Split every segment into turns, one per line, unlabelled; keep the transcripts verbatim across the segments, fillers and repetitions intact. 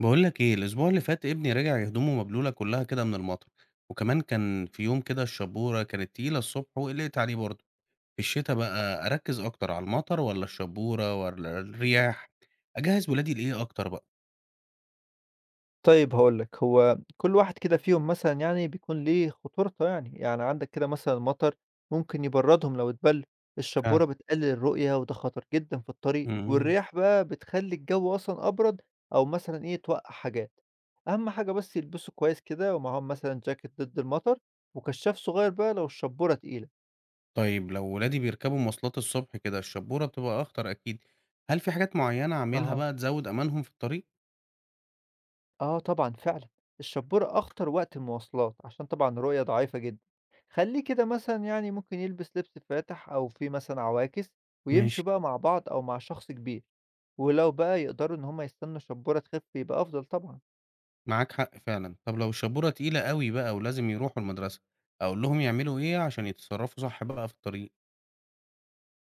بقول لك ايه، الاسبوع اللي فات ابني رجع هدومه مبلوله كلها كده من المطر. وكمان كان في يوم كده الشبوره كانت تقيله الصبح وقلقت عليه برضه. في الشتاء بقى اركز اكتر على المطر ولا الشبوره ولا الرياح؟ اجهز ولادي لايه اكتر بقى؟
طيب هاقول لك، هو كل واحد كده فيهم مثلًا يعني بيكون ليه خطورته يعني، يعني عندك كده مثلًا المطر ممكن يبردهم لو اتبل،
فعلا.
الشبورة بتقلل الرؤية وده خطر جدًا في الطريق،
امم
والرياح بقى بتخلّي الجو أصلًا أبرد أو مثلًا إيه توقّع حاجات، أهم حاجة بس يلبسوا كويس كده ومعاهم مثلًا جاكيت ضد المطر وكشّاف صغير بقى لو الشبورة تقيلة.
طيب، لو ولادي بيركبوا مواصلات الصبح كده الشبوره بتبقى اخطر اكيد. هل في حاجات معينه اعملها
أها
بقى تزود امانهم في الطريق؟
آه طبعًا فعلًا، الشبورة أخطر وقت المواصلات عشان طبعًا الرؤية ضعيفة جدًا، خلّيه كده مثلًا يعني ممكن يلبس لبس فاتح أو فيه مثلًا عواكس، ويمشوا
ماشي.
بقى مع بعض أو مع شخص كبير، ولو بقى يقدروا إن هُم يستنوا شبورة تخف يبقى أفضل طبعًا.
معاك حق فعلا. طب لو الشبوره تقيله قوي بقى ولازم يروحوا المدرسه، اقول لهم يعملوا ايه عشان يتصرفوا صح بقى في الطريق؟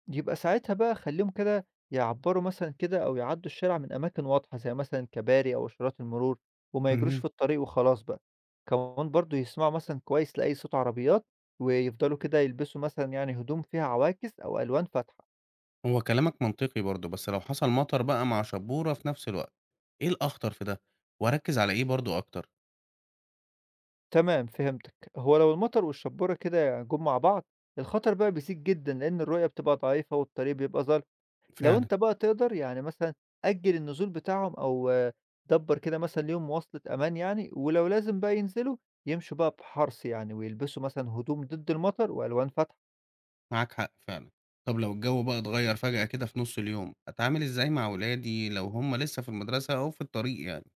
يبقى ساعتها بقى خلّيهم كده يعبّروا مثلًا كده أو يعدّوا الشارع من أماكن واضحة، زي مثلًا كباري أو إشارات المرور، وما يجروش في
اهم.
الطريق وخلاص بقى. كمان برضه يسمعوا مثلًا كويس لأي صوت عربيات، ويفضلوا كده يلبسوا مثلًا يعني هدوم فيها عواكس أو ألوان فاتحة.
هو كلامك منطقي برضه، بس لو حصل مطر بقى مع شبورة في نفس الوقت، إيه الأخطر في ده؟ وأركّز على إيه برضه أكتر؟
تمام فهمتك. هو لو المطر والشبورة كده جُم مع بعض، الخطر بقى بيزيد جدًا، لإن الرؤية بتبقى ضعيفة والطريق بيبقى ضلمة. لو
فعلًا.
أنت بقى تقدر يعني مثلًا أجّل النزول بتاعهم أو آه، دبّر كده مثلًا ليهم مواصلة أمان يعني، ولو لازم بقى ينزلوا يمشوا بقى بحرص يعني، ويلبسوا مثلًا هدوم ضد المطر وألوان فاتحة.
معاك حق فعلًا. طب لو الجو بقى اتغيّر فجأة كده في نُص اليوم، أتعامل إزاي مع ولادي لو هم لسه في المدرسة أو في الطريق يعني؟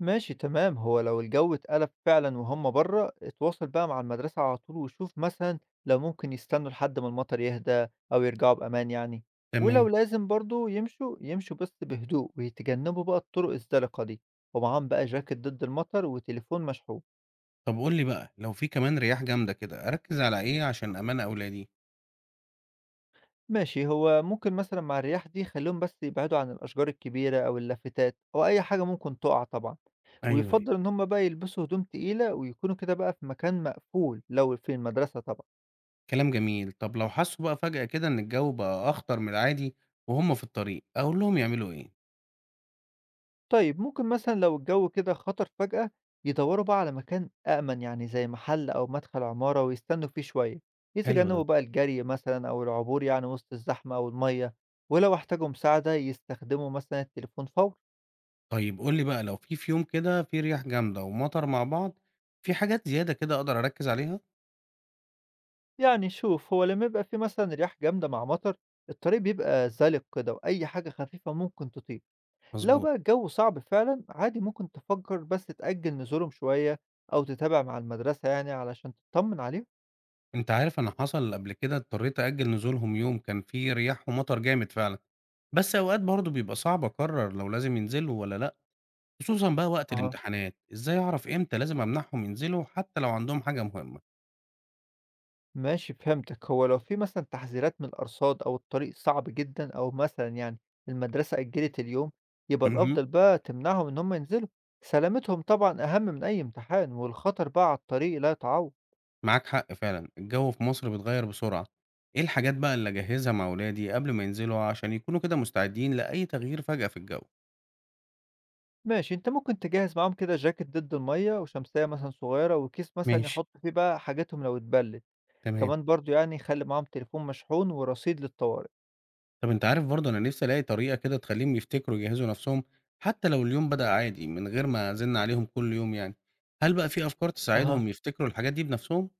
ماشي تمام، هو لو الجو اتقلب فعلًا وهُم برّه، اتواصل بقى مع المدرسة على طول وشوف مثلًا لو ممكن يستنوا لحد ما المطر يهدى أو يرجعوا بأمان يعني، ولو
تمام.
لازم برضه يمشوا، يمشوا بس بهدوء ويتجنبوا بقى الطرق الزلقة دي، ومعاهم بقى جاكيت ضد المطر وتليفون مشحون.
طب قُل لي بقى، لو في كمان رياح جامدة كده، أركّز على إيه عشان أمان أولادي؟
ماشي هو ممكن مثلا مع الرياح دي خليهم بس يبعدوا عن الأشجار الكبيرة أو اللافتات أو أي حاجة ممكن تقع طبعا
أيوه، أيوه.
ويفضل إن هم بقى يلبسوا هدوم تقيلة ويكونوا كده بقى في مكان مقفول لو في المدرسة طبعا.
كلام جميل. طب لو حسّوا بقى فجأة كده إن الجو بقى أخطر من العادي وهم في الطريق، أقول لهم يعملوا إيه؟
طيب ممكن مثلا لو الجو كده خطر فجأة يدوروا بقى على مكان أأمن يعني زي محل أو مدخل عمارة ويستنوا فيه شوية،
حلو
يتجنبوا
ده.
بقى الجري مثلا أو العبور يعني وسط الزحمة أو المية. ولو احتاجوا مساعدة يستخدموا مثلا التليفون فورا.
طيب قُل لي بقى، لو في في يوم كده في رياح جامدة ومطر مع بعض، في حاجات زيادة كده أقدر أركّز عليها؟
يعني شوف هو لما يبقى في مثلا رياح جامدة مع مطر الطريق بيبقى زلق كده وأي حاجة خفيفة ممكن تطير. لو
مضبوط.
بقى الجو صعب فعلا عادي ممكن تفكر بس تأجل نزولهم شوية أو تتابع مع المدرسة يعني علشان تطمن عليهم.
أنت عارف أنا حصل قبل كده اضطريت أأجّل نزولهم يوم، كان في رياح ومطر جامد فعلًا، بس أوقات برضه بيبقى صعب أقرّر لو لازم ينزلوا والّا لأ، خصوصًا بقى وقت
أها
الامتحانات، إزاي أعرف إمتى لازم أمنعهم ينزلوا حتى لو عندهم حاجة مهمة؟
ماشي فهمتك، هو لو في مثلا تحذيرات من الأرصاد أو الطريق صعب جدا أو مثلا يعني المدرسة أجلت اليوم يبقى
اهم.
الأفضل بقى تمنعهم إن هم ينزلوا. سلامتهم طبعا أهم من أي امتحان والخطر بقى على الطريق لا يتعوض.
معاك حق فعلًا، الجو في مصر بيتغيّر بسرعة. إيه الحاجات بقى اللي أجهّزها مع ولادي قبل ما ينزلوا عشان يكونوا كده مستعدين لأي تغيير فجأة في الجو؟
ماشي، أنت ممكن تجهّز معاهم كده جاكيت ضد المَيّة وشمسية مثلًا صغيرة وكيس مثلًا
ماشي،
يحطّوا فيه بقى حاجاتهم لو اتبلِّت،
تمام.
كمان برضه يعني خلّي معاهم تليفون مشحون ورصيد للطوارئ.
طب أنت عارف برضه أنا نفسي ألاقي طريقة كده تخلّيهم يفتكروا يجهّزوا نفسهم، حتى لو اليوم بدأ عادي من غير ما أزِن عليهم كل يوم يعني، هل بقى في أفكار
أها.
تساعدهم يفتكروا الحاجات دي بنفسهم؟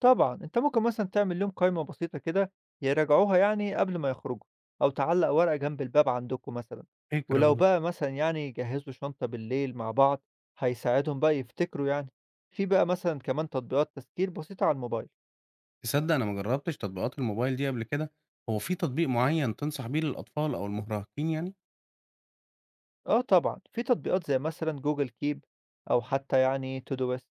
طبعًا، أنت ممكن مثلًا تعمل لهم قايمة بسيطة كده يراجعوها يعني قبل ما يخرجوا أو تعلّق ورقة جنب الباب عندكم مثلًا،
فكرة
ولو
برضه.
بقى مثلًا يعني يجهّزوا شنطة بالليل مع بعض هيساعدهم بقى يفتكروا يعني. في بقى مثلًا كمان تطبيقات تذكير بسيطة على الموبايل.
تصدق أنا ما جرّبتش تطبيقات الموبايل دي قبل كده، هو في تطبيق معيّن تنصح بيه للأطفال أو المراهقين يعني؟
آه طبعًا، في تطبيقات زي مثلًا جوجل كيب أو حتى يعني تودويست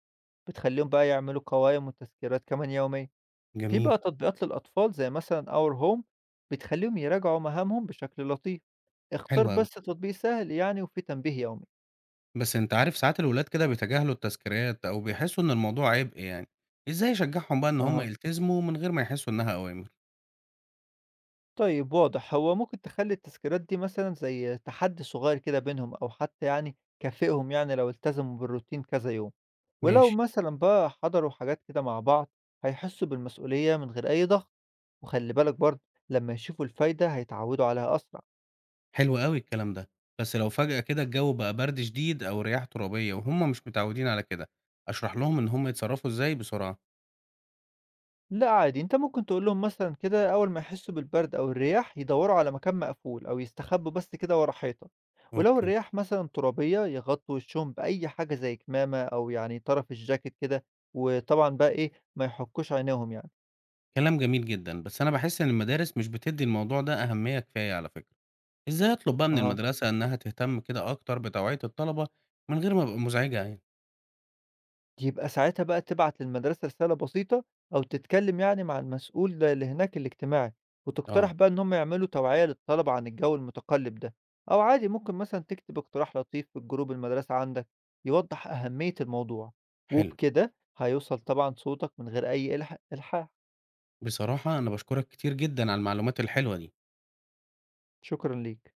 بتخلّيهم بقى يعملوا قوائم وتذكيرات كمان يومية، في
جميل.
بقى تطبيقات للأطفال زي مثلًا Our Home بتخلّيهم يراجعوا مهامهم بشكل لطيف، اختار
حلو أوي.
بس تطبيق سهل يعني وفيه تنبيه يومي.
بس أنت عارف ساعات الولاد كده بيتجاهلوا التذكيرات أو بيحسّوا إن الموضوع عبء يعني، إزاي أشجّعهم بقى إن هم
أها.
يلتزموا من غير ما يحسّوا إنها أوامر؟
طيب واضح، هو ممكن تخلّي التذكيرات دي مثلًا زي تحدّي صغير كده بينهم أو حتى يعني كافئهم يعني لو التزموا بالروتين كذا يوم، ولو
ماشي.
مثلًا بقى حضروا حاجات كده مع بعض هيحسّوا بالمسؤولية من غير أي ضغط، وخلّي بالك برضه لمّا يشوفوا الفايدة هيتعوّدوا عليها أسرع.
حلو أوي الكلام ده، بس لو فجأة كده الجو بقى برد شديد أو رياح ترابية وهُم مش متعودين على كده، أشرح لهم إن هُم يتصرّفوا إزاي بسرعة؟
لأ عادي، أنت ممكن تقول لهم مثلًا كده أول ما يحسّوا بالبرد أو الرياح يدوّروا على مكان مقفول أو يستخبّوا بس كده ورا حيطة، ولو
أوكي.
الرياح مثلًا ترابية يغطّوا وشّهم بأي حاجة زي كمامة أو يعني طرف الجاكيت كده، وطبعًا بقى إيه، ما يحُكّوش عينيهم يعني.
كلام جميل جدًا، بس أنا باحس إن المدارس مش بتدّي الموضوع ده أهمية كفاية على فكرة، إزاي أطلب بقى من
أها.
المدرسة إنها تهتم كده أكتر بتوعية الطلبة من غير ما أبقى مزعجة يعني؟
يبقى ساعتها بقى تبعت للمدرسة رسالة بسيطة أو تتكلم يعني مع المسؤول ده اللي هناك الاجتماعي، وتقترح
آه.
بقى إن هم يعملوا توعية للطلبة عن الجو المتقلب ده، أو عادي ممكن مثلا تكتب اقتراح لطيف في الجروب المدرسة عندك يوضح أهمية الموضوع،
حلو.
وبكده هيوصل طبعا صوتك من غير أي إلح- إلحاح.
بصراحة أنا باشكرك كتير جدًا على المعلومات الحلوة دي.
شكرا ليك.